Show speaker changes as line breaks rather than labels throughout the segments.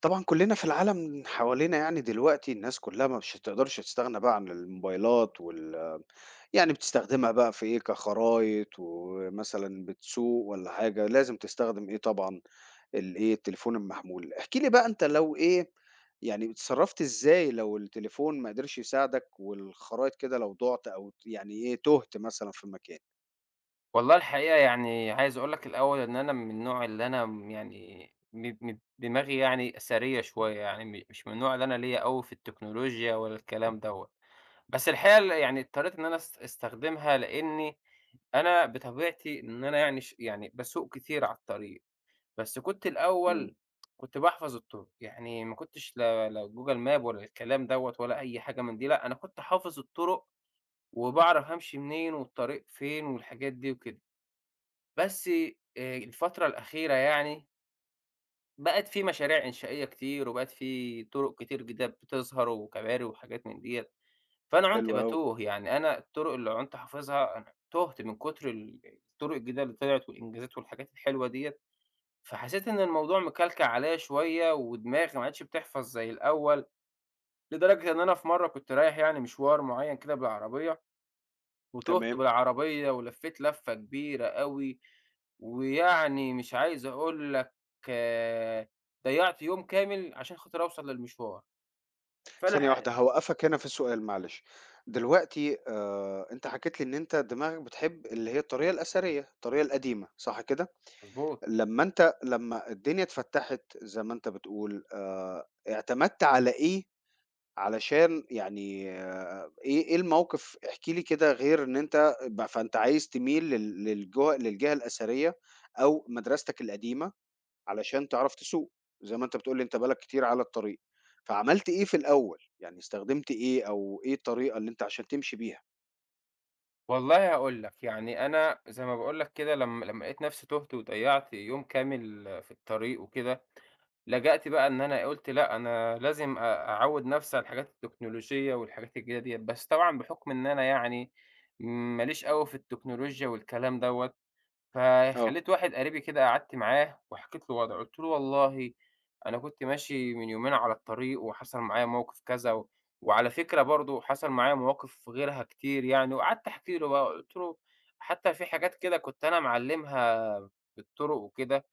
طبعًا كُلّنا في العالم حوالينا يعني دلوقتي الناس كُلّها ما مش تقدرش تستغنى بقى عن الموبايلات وال، يعني بتستخدمها بقى في إيه، كخرايط ومثلًا بتسوق والّا حاجة، لازم تستخدم إيه طبعًا، التليفون المحمول. احكِ لي بقى أنت لو إيه، يعني اتصرّفت إزاي لو التليفون ما قدرش يساعدك والخرايط كده لو ضُعت أو ت يعني إيه، تُهت مثلًا في مكان؟
والله الحقيقة يعني عايز أقول لك الأول إن أنا من النوع اللي أنا م- يعني م- م- دماغي يعني أثرية شوية مش من النوع اللي أنا ليا أوي في التكنولوجيا ولا الكلام دوت. بس الحقيقة اللي يعني اضطريت إن أنا أستخدمها لأني أنا بطبيعتي إن أنا يعني بسوق كتير على الطريق. بس كنت
إمم،
الأول كنت بحفظ الطرق، يعني ما كنتش لا جوجل ماب ولا الكلام دوت ولا أي حاجة من دي، لأ أنا كنت حافظ الطرق وبعرف همشي منين والطريق فين والحاجات دي وكده. بس الفترة الأخيرة يعني بقت في مشاريع إنشائية كتير، وبقت في طرق كتير جديدة بتظهر وكباري وحاجات من ديّة، فأنا
حلو
عُنت
أوي،
باتوه، يعني أنا الطرق اللي عُنت حافظها أنا تُهت من كتر الطرق الجديدة اللي طلعت والإنجازات والحاجات الحلوة ديّة، فحسيت إن الموضوع مكلكع عليّا شوية ودماغي ما عادتش بتحفظ زي الأول، لدرجة إن أنا في مرّة كنت رايح يعني مشوار معيّن كده بالعربية وتُهت
تمام.
بالعربية ولفّيت لفّة كبيرة أوي. ويعني مش عايز أقول لك، آه، ضيّعت يوم كامل عشان خاطر أوصل للمشوار، فلا
ثانية
ح
واحدة، هاوقّفك هنا في السؤال معلش. دلوقتي أنت حكيت لي إن أنت دماغك بتحب اللي هي الطريقة الأثرية، الطريقة القديمة، صح كده؟
مضبوط.
لمّا الدنيا اتفتّحت زي ما أنت بتقول، اعتمدت على إيه علشان يعني آه، إيه الموقف، احكِ لي كده غير إن أنت ب فأنت عايز تميل لل للج للجهة الأثرية أو مدرستك القديمة علشان تعرف تسوق، زي ما أنت بتقول لي أنت بقى لك كتير على الطريق، فعملت إيه في الأول، يعني استخدمت إيه أو إيه الطريقة اللي أنت عشان تمشي بيها؟
والله هاقول لك، يعني أنا زي ما باقول لك كده لمّا لقيت نفسي تُهت وضيّعت يوم كامل، آه، في الطريق وكده، لجأت بقى إن أنا قُلت لأ، أنا لازم أ أعوّد نفسي على الحاجات التكنولوجية والحاجات الجديدة ديّة، بس طبعًا بحُكم إن أنا يعني ما ليش أوي في التكنولوجيا والكلام دوّة،
آه،
فخلّيت واحد قريبي كده قعدت معاه وحكيت له وضعي، قُلت له: "والله أنا كنت ماشي من يومين على الطريق وحصل معايا موقف كذا وعلى فكرة برضه حصل معايا مواقف غيرها كتير يعني." وقعدت أحكي له بقى، قُلت له: "حتى في حاجات كده كنت أنا معلّمها في الطرق وكده،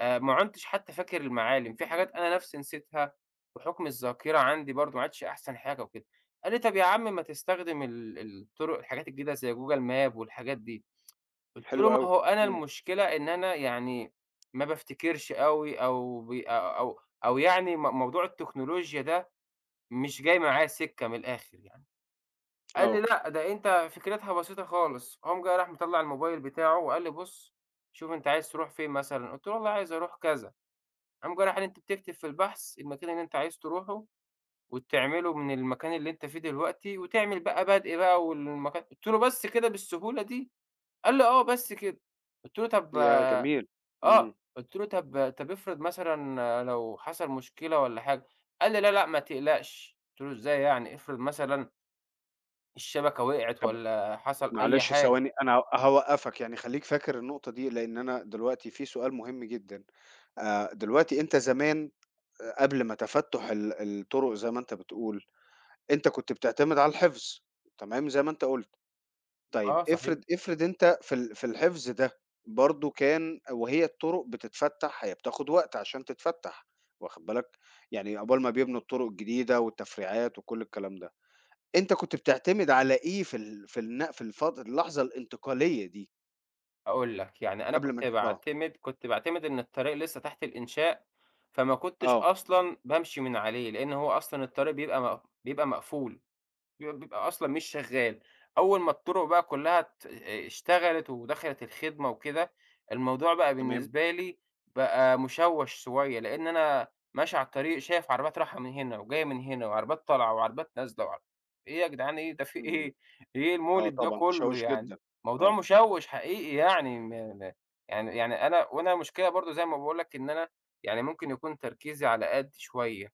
ما عُنتش حتى فاكر المعالم، في حاجات أنا نفسي نسيتها بحكم الذاكرة عندي برضه ما عادش أحسن حاجة وكده." قال لي: "طَب يا عم ما تستخدم الطرق الحاجات الجديدة زي Google Map والحاجات دي." قُلت
حلو
له: "ما
أوي.
هو أنا
إمم،
المشكلة إن أنا يعني ما بافتكرش أوي أو ب أ أو أو يعني م موضوع التكنولوجيا ده مش جاي معايا سِكّة من الآخر يعني." قال لي:
آه،
"لأ، ده أنت فكرتها بسيطة خالص." قام جاي راح مطلّع الموبايل بتاعه وقال لي: "بُص، شوف أنت عايز تروح فين مثلًا؟" قُلت له: "والله عايز أروح كذا." قام جاي راح قال لي: "أنت بتكتب في البحث المكان اللي أنت عايز تروحه وتعمله من المكان اللي أنت فيه دلوقتي وتعمل بقى بَدْء بقى والمكان". قُلت له: "بس كده بالسهولة دي؟" قال لي: "آه، بس كده." قُلت له: "طب"،
يا جميل،
آه،
إمم،
قُلت له: "طب افرض مثلًا لو حصل مشكلة والّا حاجة." قال لي: "لا، لأ، ما تقلقش." قُلت له: "إزاي يعني؟ افرض مثلًا الشبكة وقعت
طب
والّا حصل أي
معلش
حاجة."
ثواني أنا هاوقّفك، يعني خلّيك فاكر النقطة دي، لإن أنا دلوقتي في سؤال مهم جدًا، دلوقتي أنت زمان، قبل ما تفتُّح الطرق زي ما أنت بتقول، أنت كنت بتعتمد على الحفظ، تمام، زي ما أنت قُلت. طيب
آه صحيح،
افرض أنت في الحفظ ده برضه كان، وهي الطرق بتتفتح، هي بتاخد وقت عشان تتفتح، واخد بالك؟ يعني عقبال ما بيبنوا الطرق الجديدة والتفريعات وكل الكلام ده، أنت كنت بتعتمد على إيه في ال في الن في الفت اللحظة الانتقالية دي؟
هاقول لك، يعني أنا
قبل ما
كنت
ت آه،
باعتمد كنت باعتمد إن الطريق لسه تحت الإنشاء، فما كنتش
آه،
أصلًا بامشي من عليه، لإن هو أصلًا الطريق بيبقى مقفول. بيبقى أصلًا مش شغّال، أول ما الطُرُق بقى كلّها ت اشتغلت ودخلت الخدمة وكده، الموضوع بقى
تمام،
بالنسبة لي بقى مشوّش شوية، لإن أنا ماشي على الطريق شايف عربيات رايحة من هنا وجاية من هنا وعربيات طالعة وعربيات نازلة إيه يا جدعان إيه، ده في
إمم،
إيه، إيه
آه
المولِد ده
طبعًا
كلّه
تشوِّش
يعني،
جدًا،
موضوع
آه،
مشوّش حقيقي يعني م م يعني يعني أنا وأنا المشكلة برضه زي ما باقول لك إن أنا يعني ممكن يكون تركيزي على قد شوية،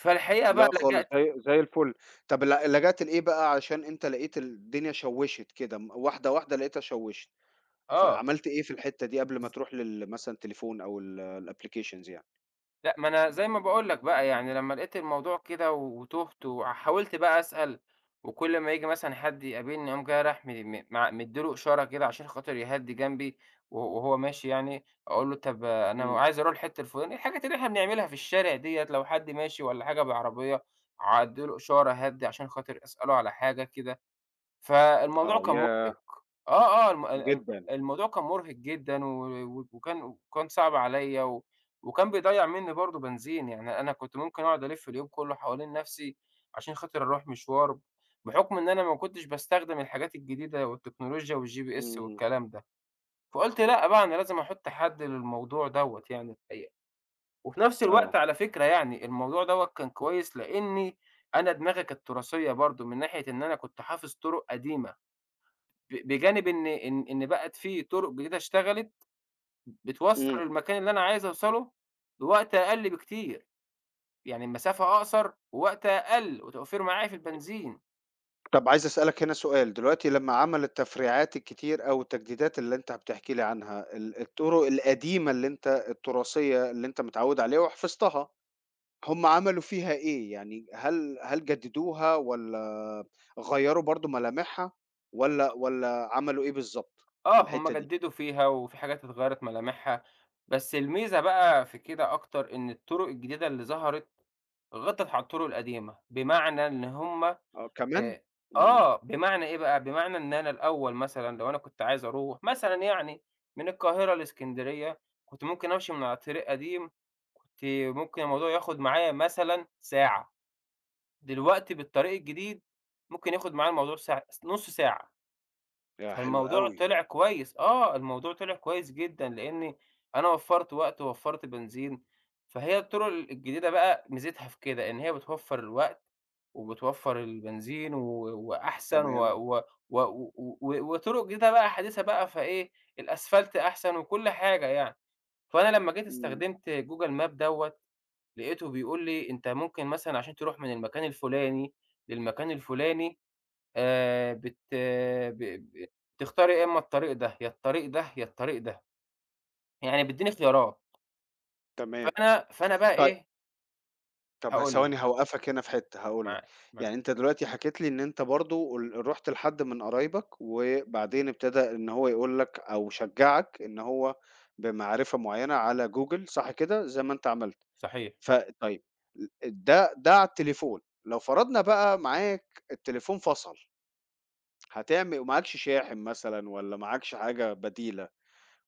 فالحقيقة بقى
لأ خالص
لجأت.
زي زي الفل، طب لجأت لإيه بقى عشان أنت لقيت الدنيا شوِّشت كده، واحدة واحدة لقيتها شوِّشت؟
آه.
فعملت إيه في الحتّة دي قبل ما تروح مثلًا التليفون أو الapplications يعني؟
لأ، ما أنا زي ما باقول لك بقى، يعني لمّا لقيت الموضوع كده و- وتُهت وحاولت بقى أسأل، وكل ما ييجي مثلًا حد يقابلني أقوم جاي رايح م م مع مدّي له إشارة كده عشان خاطر يهدّي جنبي، وهو ماشي يعني أقول له طَب أنا
إمم،
عايز أروح الحتة الفلانية، الحاجات اللي إحنا بنعملها في الشارع ديّة لو حد ماشي والّا حاجة بعربية، أعدّي له إشارة أهدّي عشان خاطر أسأله على حاجة كده، فالموضوع
آه،
كان
ياه!
مُحبط. آه، آه، الم ال ال
جدًا،
الموضوع كان مرهق جدًا و و وكان صعب عليّا وكان بيضيّع منّي برضه بنزين، يعني أنا كنت ممكن أقعد ألِف اليوم كلّه حوالين نَفْسي عشان خاطر أروح مشوار، بحُكم إن أنا ما كنتش باستخدم الحاجات الجديدة والتكنولوجيا والGPS
إمم،
والكلام ده، فقُلت لأ بقى أنا لازم أحُط حَد للموضوع دوّة يعني الحقيقة، وفي نَفْس الوقت
آه،
على فكرة يعني الموضوع دوّة كان كويس لإنّي أنا دماغي كانت تراثية برضه من ناحية إن أنا كنت حافظ طُرُق قديمة. بجانب إن بقت في طُرق جديدة اشتغلت بتوصّل
إمم.
المكان اللي أنا عايز أوصله بوقت أقل بكتير، يعني المسافة أقصر ووقت أقل وتوفير معايا في البنزين.
طَب عايز أسألك هنا سؤال، دلوقتي لمّا عمل التفريعات الكتير أو التجديدات اللي أنت بتحكي لي عنها، ال الطرق القديمة اللي أنت التراثية اللي أنت متعوّد عليها وحفظتها، هم عملوا فيها إيه؟ يعني هل جددوها والّا غيّروا برضه ملامحها والّا عملوا إيه بالضبط في
آه، هم
الحتّة دي؟
جدّدوا فيها وفي حاجات اتغيّرت ملامحها، بس الميزة بقى في كده أكتر إن الطُرق الجديدة اللي ظهرت غطّت على الطُرق القديمة، بمعنى إن هم
آه، كمان؟
آآ
إمم.
آه، بمعنى إيه بقى، بمعنى إن أنا الأول مثلًا لو أنا كنت عايز أروح مثلًا يعني من القاهرة لإسكندرية، كنت ممكن أمشي من على طريق قديم، كنت ممكن الموضوع ياخد معايا مثلًا ساعة، دلوقتي بالطريق الجديد ممكن ياخد معايا الموضوع نُص ساعة،
يا حلو
فالموضوع
أوي،
طلع كويس، آه، الموضوع طلع كويس جدًا، لإني أنا وفّرت وقت ووفّرت بنزين، فهي الطرق الجديدة بقى ميزتها في كده، إن هي بتوفّر الوقت وبتوفّر البنزين وأحسن و
تمام،
و و و و وطرق جديدة بقى حديثة بقى، فإيه الأسفلت أحسن وكل حاجة يعني. فأنا لمّا جيت
إمم،
استخدمت جوجل ماب دوّة، لقيته بيقول لي أنت ممكن مثلًا عشان تروح من المكان الفلاني للمكان الفلاني بت ب ب تختار يا إما الطريق ده، يا الطريق ده، يا الطريق ده، يعني بيدّيني خيارات.
تمام.
فأنا بقى
طيب.
إيه،
طب
هاقول
ثواني
لك
هاوقّفك هنا في حتّة هاقول لك،
معاك، معاك
يعني أنت دلوقتي حكيت لي إن أنت برضه رُحت لحد من قرايبك، وبعدين ابتدى إن هو يقول لك أو شجّعك إن هو بمعرفة معيّنة على جوجل، صح كده، زي ما أنت عملت.
صحيح،
فطيب، ل ده على التليفون، لو فرضنا بقى معاك التليفون فصل، هتعمل ومعاكش شاحن مثلًا والّا معاكش حاجة بديلة،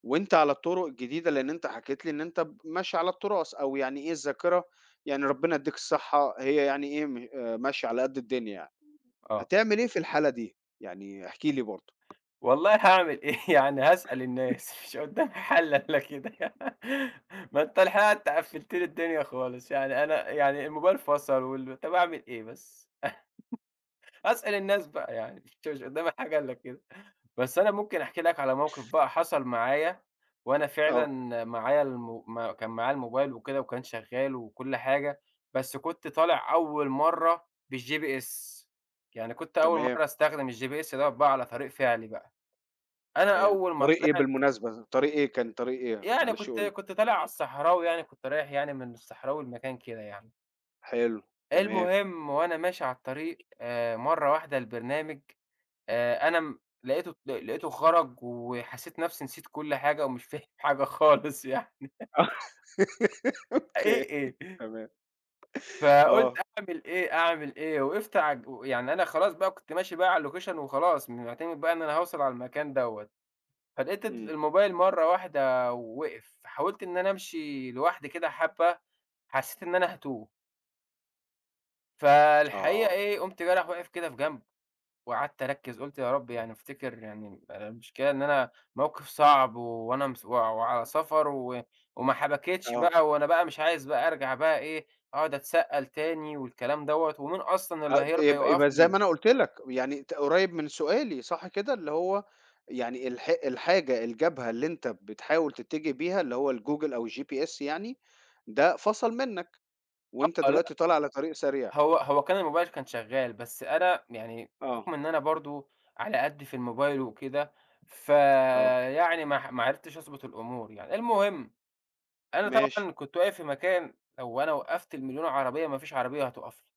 وأنت على الطُرُق الجديدة، لإن أنت حكيت لي إن أنت ماشي على التراث أو يعني إيه الذاكرة، يعني ربنا يدّيك الصحة، هي يعني إيه م ماشية على قد الدنيا يعني.
آه.
هتعمل إيه في الحالة دي؟ يعني احكِ لي برضه.
والله هاعمل إيه يعني هاسأل الناس مش قدّامي حَل إلا كده. ما أنت الحقيقة أنت قفّلت لي الدنيا خالص، يعني أنا يعني الموبايل فصل طَب أعمل إيه بس؟ أسأل الناس بقى يعني مش قدامي حاجة إلا كده. بس أنا ممكن أحكي لك على موقف بقى حصل معايا، وأنا
آه،
فعلًا معايا ما كان معايا الموبايل وكده وكان شغال وكل حاجة، بس كنت طالع أول مرّة بالGPS. يعني كنت أول
تمام،
مرّة أستخدم الGPS دوّة بقى على طريق فعلي بقى. أنا
حلو.
أول ما
طريق إيه
طلعت
بالمناسبة؟ طريق إيه، كان طريق إيه؟
يعني
معلش
كنت
قُل لي.
كنت طالع على الصحراوي يعني، كنت رايح يعني من الصحراوي لمكان كده يعني.
حلو، تمام.
المهم وأنا ماشي على الطريق مرّة واحدة البرنامج أنا م لقيته ل لقيته خرج وحسيت نفسي نسيت كل حاجة ومش فاهم حاجة خالص يعني.
أوكي،
إيه، إيه؟
تمام.
فقُلت
آه،
أعمل إيه، أعمل إيه؟ وقفت ع يعني أنا خلاص بقى كنت ماشي بقى على الlocation وخلاص، معتمد بقى إن أنا هاوصل على المكان دوّة، فلقيت
إمم.
الموبايل مرّة واحدة وقف، فحاولت إن أنا أمشي لوحدي كده حبّة، حسيت إن أنا هاتوه، فالحقيقة
آه،
إيه، قُمت جاي رايح واقف كده في جنب. وقعدت أركّز، قُلت يا رب يعني أفتكر يعني أنا المشكلة إن أنا موقِف صعب و- وأنا مس و وعلى سفر وما حبكتش
آه.
بقى وأنا بقى مش عايز بقى أرجع بقى إيه، أقعد أتسأّل تاني والكلام دوّة ومين أصلًا اللي
آه،
هيرضى
يبقى
يُقف
يبقى زي
لي.
ما أنا قُلت لك، يعني قريب من سؤالي صح كده؟ اللي هو يعني الحاجة الجبهة اللي أنت بتحاول تتجه بيها اللي هو الجوجل أو الGPS يعني، ده فصل منّك، وأنت
آه، لأ،
دلوقتي طالع على طريق سريع.
هو كان الموبايل كان شغّال، بس أنا يعني
آه،
بحُكم إن أنا برضه على قدّي في الموبايل وكده،
آه،
فيعني ما عرفتش أضبط الأمور يعني. المهم، أنا
ماشي،
طبعًا كنت واقف في مكان لو أنا وقّفت ال1000000 عربية ما فيش عربية هتُقف لي.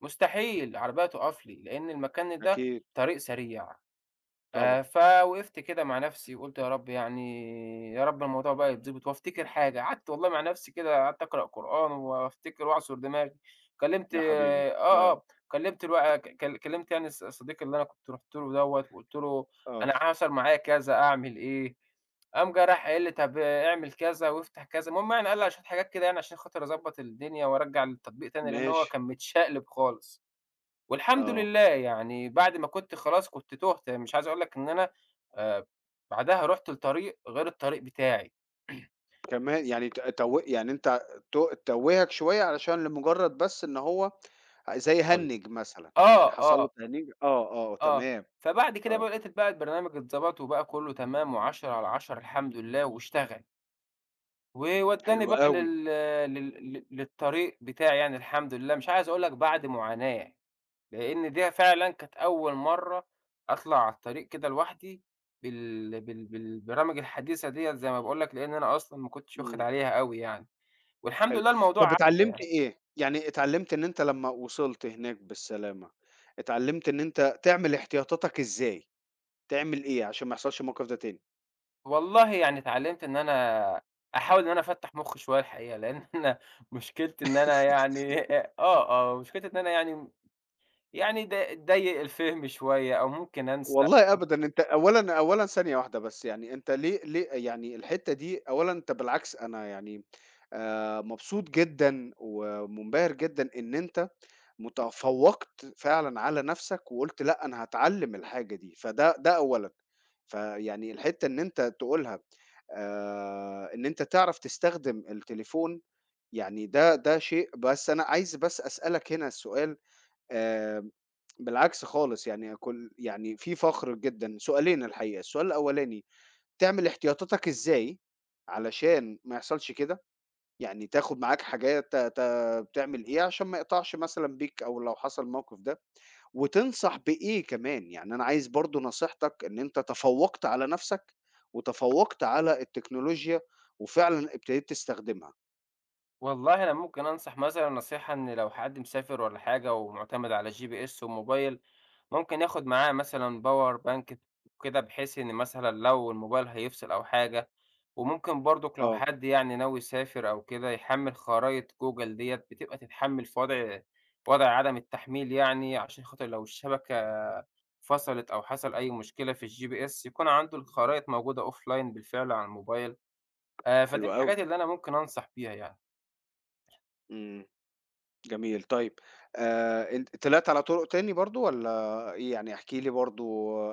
مستحيل العربية تُقف لي، لإن المكان ده
أكيد
طريق سريع،
طبعًا،
فوقفت كده مع نفسي وقُلت يا رب يعني يا رب الموضوع بقى يتضبط وأفتكر حاجة، قعدت والله مع نفسي كده قعدت أقرأ قرآن وأفتكر وأعصر دماغي، كلمت
يا حبيبي،
آه،
آه،
آه، كلمت الو ك ك كلمت يعني صديقي اللي أنا كنت رُحت له دوّة وقُلت له
آه،
أنا حصل معايا كذا أعمل إيه، قام جه راح قايل لي طب اعمل كذا وافتح كذا، المهم يعني قال لي على شوية حاجات كده يعني عشان خاطر أضبّط الدنيا وأرجّع التطبيق تاني لإن هو
ماشي،
كان متشقلب خالص. والحمد
آه،
لله يعني بعد ما كنت خلاص كنت تُهت، مش عايز أقول لك إن أنا آآ بعدها رُحت لطريق غير الطريق بتاعي.
كمان. يعني تو يعني أنت توّهك شوية علشان لمجرد بس إن هو زي
حلو.
هنِّج مثلًا، يعني
آه،
حصل له
آه،
تهنيج. آه، آه،
آه.
تمام،
فبعد كده بقى
آه.
لقيت بقى البرنامج اتضبط وبقى كُلّه تمام و10 على 10 الحمد لله واشتغل، وودّاني
حلو
بقى
أوي،
لل لل لل للطريق بتاعي يعني الحمد لله، مش عايز أقول لك بعد معاناة. لإن دي فعلًا كانت أول مرّة أطلع على الطريق كده لوحدي بالبرامج الحديثة ديّة زي ما باقول لك، لإن أنا أصلًا ما كنتش واخد
إمم،
عليها أوي يعني، والحمد
حلو.
لله الموضوع
طب
عدّى
اتعلّمت
يعني.
إيه؟ يعني اتعلّمت إن أنت لمّا وصلت هناك بالسلامة، اتعلّمت إن أنت تعمل احتياطاتك إزاي؟ تعمل إيه عشان ما يحصلش الموقف ده تاني؟
والله يعني اتعلّمت إن أنا أحاول إن أنا أفتّح مُخّي شوية الحقيقة، لإن أنا مشكلتي إن أنا يعني آه، آه، مشكلتي إن أنا يعني يعني ضي ضيّق الفهم شوية أو ممكن أنسى.
والله أبدًا، أنت أولًا ثانية واحدة بس، يعني أنت ليه يعني الحتّة دي، أولًا أنت بالعكس أنا يعني مبسوط جدًا ومُنبهر جدًا إن أنت فوّقت فعلًا على نَفْسك وقُلت لأ، أنا هاتعلّم الحاجة دي، فده ده أولًا. فيعني الحتّة إن أنت تقولها، إن أنت تعرف تستخدم التليفون، يعني ده شيء، بس أنا عايز بس أسألك هنا السؤال، آآ بالعكس خالص، يعني كل يعني في فخر جدًا، سؤالين الحقيقة، السؤال الأولاني تعمل احتياطاتك إزاي علشان ما يحصلش كده؟ يعني تاخُد معاك حاجات ت ت بتعمل إيه عشان ما يقطعش مثلًا بيك أو لو حصل الموقف ده؟ وتنصح بإيه كمان؟ يعني أنا عايز برضه نصيحتك، إن أنت تفوّقت على نَفْسك، وتفوّقت على التكنولوجيا، وفعلًا ابتديت تستخدمها.
والله أنا ممكن أنصح مثلًا نصيحة إن لو حد مسافر والّا حاجة ومُعتمد على الGPS والموبايل ممكن ياخد معاه مثلًا باور بانك وكده، بحيث إن مثلًا لو الموبايل هيفصل أو حاجة، وممكن برضُك لو
آه.
حد يعني ناوي يسافر أو كده يحمّل خرايط جوجل ديّة، بتبقى تتحمّل في وضع عدم التحميل يعني، عشان خاطر لو الشبكة فصلت أو حصل أي مشكلة في الGPS يكون عنده الخرايط موجودة offline بالفعل على الموبايل، فدي
حلو أوي.
الحاجات اللي أنا ممكن أنصح بيها يعني،
إمم، جميل. طيب أنت طلعت على طُرق تاني برضه والّا إيه؟ يعني احكِ لي برضه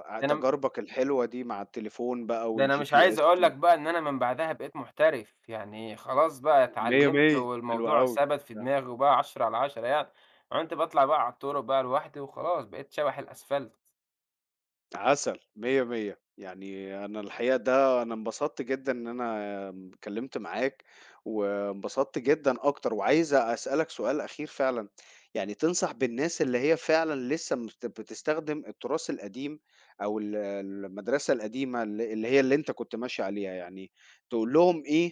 ع
ده أنا
تجاربك الحلوة دي مع التليفون بقى
ده أنا مش عايز أقول
والGPS
لك
و...
بقى إن أنا من بعدها بقيت محترف، يعني خلاص بقى
مِيَّة،
اتعلّمت
مِيَّة. حلو
والموضوع
أوي.
ثبت في
آه.
دماغي وبقى 10 على 10 يعني، عُنت باطلع بقى على الطرق بقى لوحدي وخلاص بقيت شَبَح الأسفلت.
عسل، مِيّة، مِيّة. يعني أنا الحقيقة ده أنا انبسطت جدًا إن أنا آمم، اتكلمت معاك، وانبسطت جدًا أكتر، وعايز أسألك سؤال أخير فعلًا، يعني تنصح بالناس اللي هي فعلًا لسه مست بتستخدم التراث القديم أو المدرسة القديمة، اللي هي اللي أنت كنت ماشي عليها، يعني تقول لهم إيه،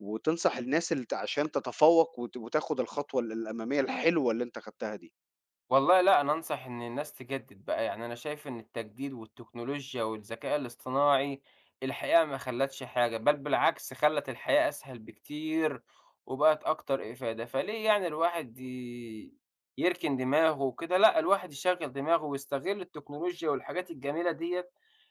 وتنصح الناس الت عشان تتفوق وتاخد الخطوة الأمامية الحلوة اللي أنت خدتها دي؟
والله لأ، أنا أنصح إن الناس تجدِّد بقى، يعني أنا شايف إن التجديد والتكنولوجيا والذكاء الاصطناعي الحقيقة ما خلّتش حاجة، بل بالعكس خلّت الحياة أسهل بكتير وبقت أكتر إفادة، فليه يعني الواحد ي يركن دماغه وكده، لأ، الواحد يشغّل دماغه ويستغل التكنولوجيا والحاجات الجميلة ديّة،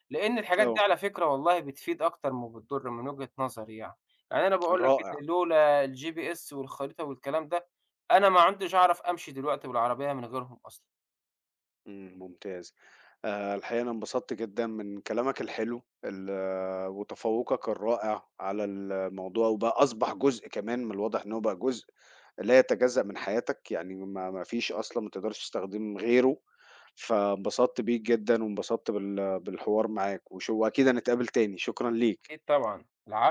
لإن الحاجات دي
آه،
على فكرة والله بتفيد أكتر ما بتضُر من وجهة نظري يعني. يعني أنا باقول لك
رائع.
إن لولا الGPS والخريطة والكلام ده أنا ما عُدتش أعرف أمشي دلوقتي بالعربية من غيرهم أصلًا،
إمم، ممتاز. الحقيقة أنا انبسطت جدًا من كلامك الحلو آه، وتفوّقك الرائع على الموضوع، وبقى أصبح جزء، كمان من الواضح إن هو بقى جزء لا يتجزأ من حياتك، يعني ما فيش أصلًا ما تقدرش تستخدم غيره، فانبسطت بيك جدًا، وانبسطت بالحوار معاك، وأكيد هنتقابل تاني، شكرًا ليك.
أكيد طبعًا، الع